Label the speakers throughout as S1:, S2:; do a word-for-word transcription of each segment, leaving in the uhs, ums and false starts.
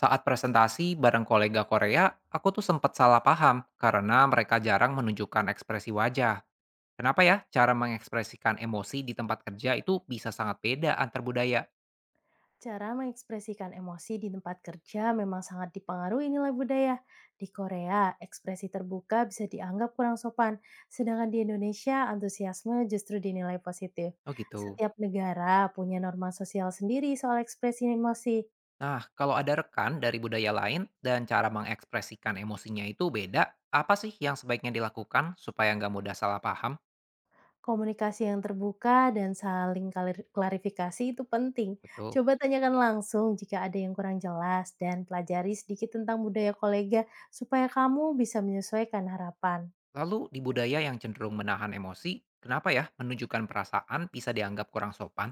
S1: Saat presentasi bareng kolega Korea, aku tuh sempat salah paham karena mereka jarang menunjukkan ekspresi wajah. Kenapa ya cara mengekspresikan emosi di tempat kerja itu bisa sangat beda antar budaya?
S2: Cara mengekspresikan emosi di tempat kerja memang sangat dipengaruhi nilai budaya. Di Korea, ekspresi terbuka bisa dianggap kurang sopan, sedangkan di Indonesia, antusiasme justru dinilai positif.
S1: Oh gitu.
S2: Setiap negara punya norma sosial sendiri soal ekspresi emosi.
S1: Nah, kalau ada rekan dari budaya lain dan cara mengekspresikan emosinya itu beda, apa sih yang sebaiknya dilakukan supaya nggak mudah salah paham?
S2: Komunikasi yang terbuka dan saling klar- klarifikasi itu penting.
S1: Betul.
S2: Coba tanyakan langsung jika ada yang kurang jelas dan pelajari sedikit tentang budaya kolega supaya kamu bisa menyesuaikan harapan.
S1: Lalu di budaya yang cenderung menahan emosi, kenapa ya menunjukkan perasaan bisa dianggap kurang sopan?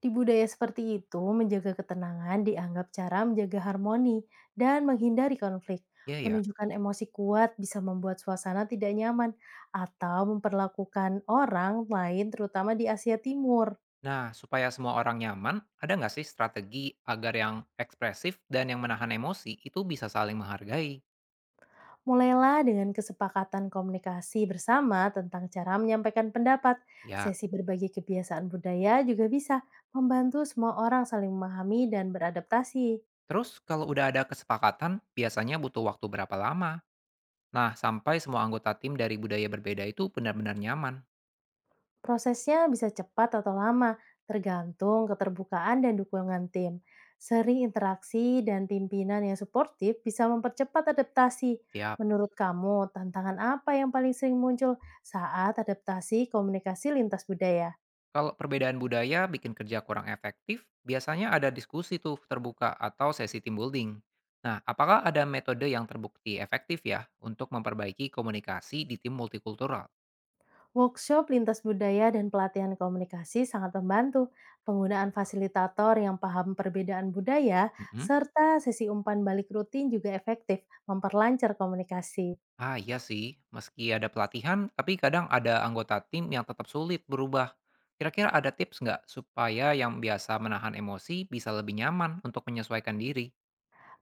S2: Di budaya seperti itu, menjaga ketenangan dianggap cara menjaga harmoni dan menghindari konflik.
S1: Iya ya.
S2: Menunjukkan emosi kuat bisa membuat suasana tidak nyaman atau memperlakukan orang lain terutama di Asia Timur.
S1: Nah, supaya semua orang nyaman, ada nggak sih strategi agar yang ekspresif dan yang menahan emosi itu bisa saling menghargai?
S2: Mulailah dengan kesepakatan komunikasi bersama tentang cara menyampaikan pendapat.
S1: Ya,
S2: Sesi berbagi kebiasaan budaya juga bisa membantu semua orang saling memahami dan beradaptasi.
S1: terus kalau udah ada kesepakatan, biasanya butuh waktu berapa lama? Nah, sampai semua anggota tim dari budaya berbeda itu benar-benar nyaman.
S2: Prosesnya bisa cepat atau lama, tergantung keterbukaan dan dukungan tim. Sering interaksi dan pimpinan yang suportif bisa mempercepat adaptasi.
S1: Siap.
S2: Menurut kamu, tantangan apa yang paling sering muncul saat adaptasi komunikasi lintas budaya?
S1: Kalau perbedaan budaya bikin kerja kurang efektif, biasanya ada diskusi tuh terbuka atau sesi team building. Nah, apakah ada metode yang terbukti efektif ya untuk memperbaiki komunikasi di tim multikultural?
S2: Workshop lintas budaya dan pelatihan komunikasi sangat membantu. Penggunaan fasilitator yang paham perbedaan budaya
S1: Mhm.
S2: serta sesi umpan balik rutin juga efektif memperlancar komunikasi.
S1: Ah, iya sih. Meski ada pelatihan, tapi kadang ada anggota tim yang tetap sulit berubah. Kira-kira ada tips nggak supaya yang biasa menahan emosi bisa lebih nyaman untuk menyesuaikan diri?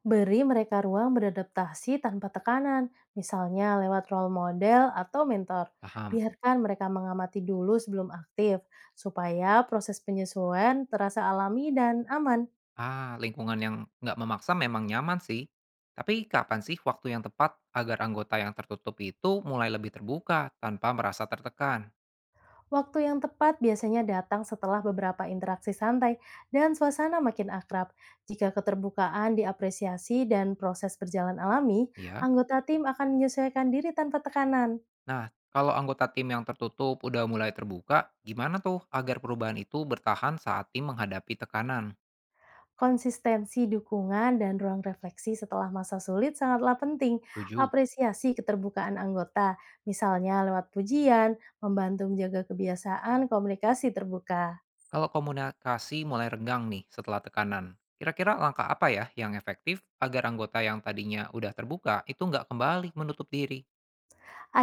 S2: Beri mereka ruang beradaptasi tanpa tekanan, misalnya lewat role model atau mentor.
S1: Paham.
S2: Biarkan mereka mengamati dulu sebelum aktif, supaya proses penyesuaian terasa alami dan aman.
S1: Ah, lingkungan yang nggak memaksa memang nyaman sih. Tapi kapan sih waktu yang tepat agar anggota yang tertutup itu mulai lebih terbuka tanpa merasa tertekan?
S2: Waktu yang tepat biasanya datang setelah beberapa interaksi santai dan suasana makin akrab. Jika keterbukaan diapresiasi dan proses berjalan alami,
S1: Ya.
S2: anggota tim akan menyesuaikan diri tanpa tekanan.
S1: Nah, kalau anggota tim yang tertutup udah mulai terbuka, gimana tuh agar perubahan itu bertahan saat tim menghadapi tekanan?
S2: Konsistensi dukungan dan ruang refleksi setelah masa sulit sangatlah penting.
S1: Tujuh.
S2: Apresiasi keterbukaan anggota, misalnya lewat pujian, membantu menjaga kebiasaan komunikasi terbuka.
S1: Kalau komunikasi mulai renggang nih setelah tekanan, kira-kira langkah apa ya yang efektif agar anggota yang tadinya udah terbuka itu nggak kembali menutup diri?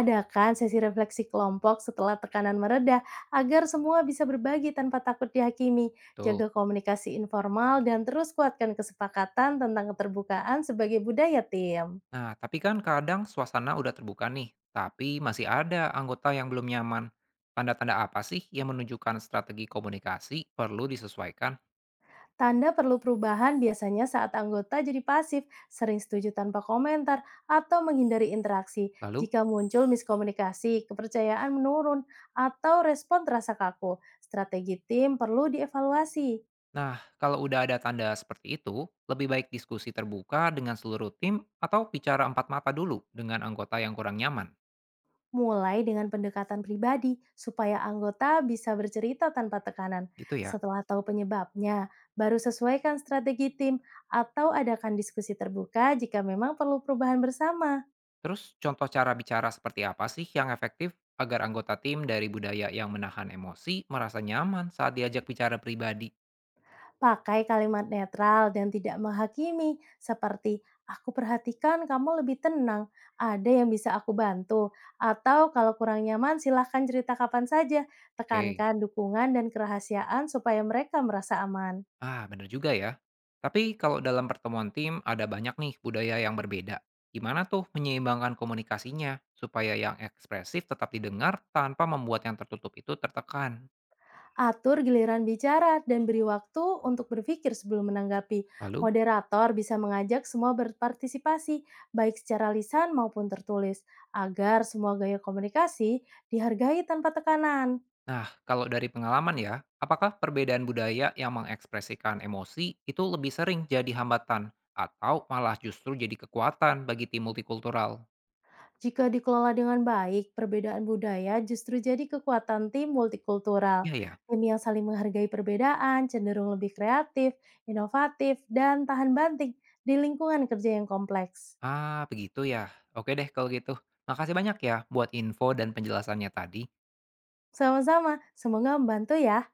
S2: Adakan sesi refleksi kelompok setelah tekanan mereda agar semua bisa berbagi tanpa takut dihakimi.
S1: Betul.
S2: Jaga komunikasi informal dan terus kuatkan kesepakatan tentang keterbukaan sebagai budaya tim.
S1: Nah, tapi kan kadang suasana udah terbuka nih, tapi masih ada anggota yang belum nyaman. Tanda-tanda apa sih yang menunjukkan strategi komunikasi perlu disesuaikan?
S2: Tanda perlu perubahan biasanya saat anggota jadi pasif, sering setuju tanpa komentar, atau menghindari interaksi.
S1: Lalu,
S2: Jika muncul miskomunikasi, kepercayaan menurun, atau respon terasa kaku, strategi tim perlu dievaluasi.
S1: nah kalau udah ada tanda seperti itu, lebih baik diskusi terbuka dengan seluruh tim atau bicara empat mata dulu dengan anggota yang kurang nyaman,
S2: Mulai dengan pendekatan pribadi, supaya anggota bisa bercerita tanpa tekanan.
S1: gitu ya?
S2: Setelah tahu penyebabnya, baru sesuaikan strategi tim atau adakan diskusi terbuka jika memang perlu perubahan bersama.
S1: Terus contoh cara bicara seperti apa sih yang efektif agar anggota tim dari budaya yang menahan emosi merasa nyaman saat diajak bicara pribadi?
S2: Pakai kalimat netral dan tidak menghakimi, seperti "Aku perhatikan kamu lebih tenang, ada yang bisa aku bantu?" Atau kalau kurang nyaman, silahkan cerita kapan saja.
S1: Oke.
S2: Tekankan dukungan dan kerahasiaan supaya mereka merasa aman.
S1: Ah, bener juga ya. Tapi kalau dalam pertemuan tim ada banyak nih budaya yang berbeda. Gimana tuh menyeimbangkan komunikasinya supaya yang ekspresif tetap didengar tanpa membuat yang tertutup itu tertekan?
S2: Atur giliran bicara dan beri waktu untuk berpikir sebelum menanggapi.
S1: Lalu?
S2: Moderator bisa mengajak semua berpartisipasi, baik secara lisan maupun tertulis, agar semua gaya komunikasi dihargai tanpa tekanan.
S1: Nah, kalau dari pengalaman ya, apakah perbedaan budaya yang mengekspresikan emosi itu lebih sering jadi hambatan atau malah justru jadi kekuatan bagi tim multikultural?
S2: Jika dikelola dengan baik, perbedaan budaya justru jadi kekuatan tim multikultural.
S1: Iya ya.
S2: Tim yang saling menghargai perbedaan cenderung lebih kreatif, inovatif, dan tahan banting di lingkungan kerja yang kompleks.
S1: Ah, begitu ya. Oke deh kalau gitu. Makasih banyak ya buat info dan penjelasannya tadi.
S2: Sama-sama, semoga membantu ya.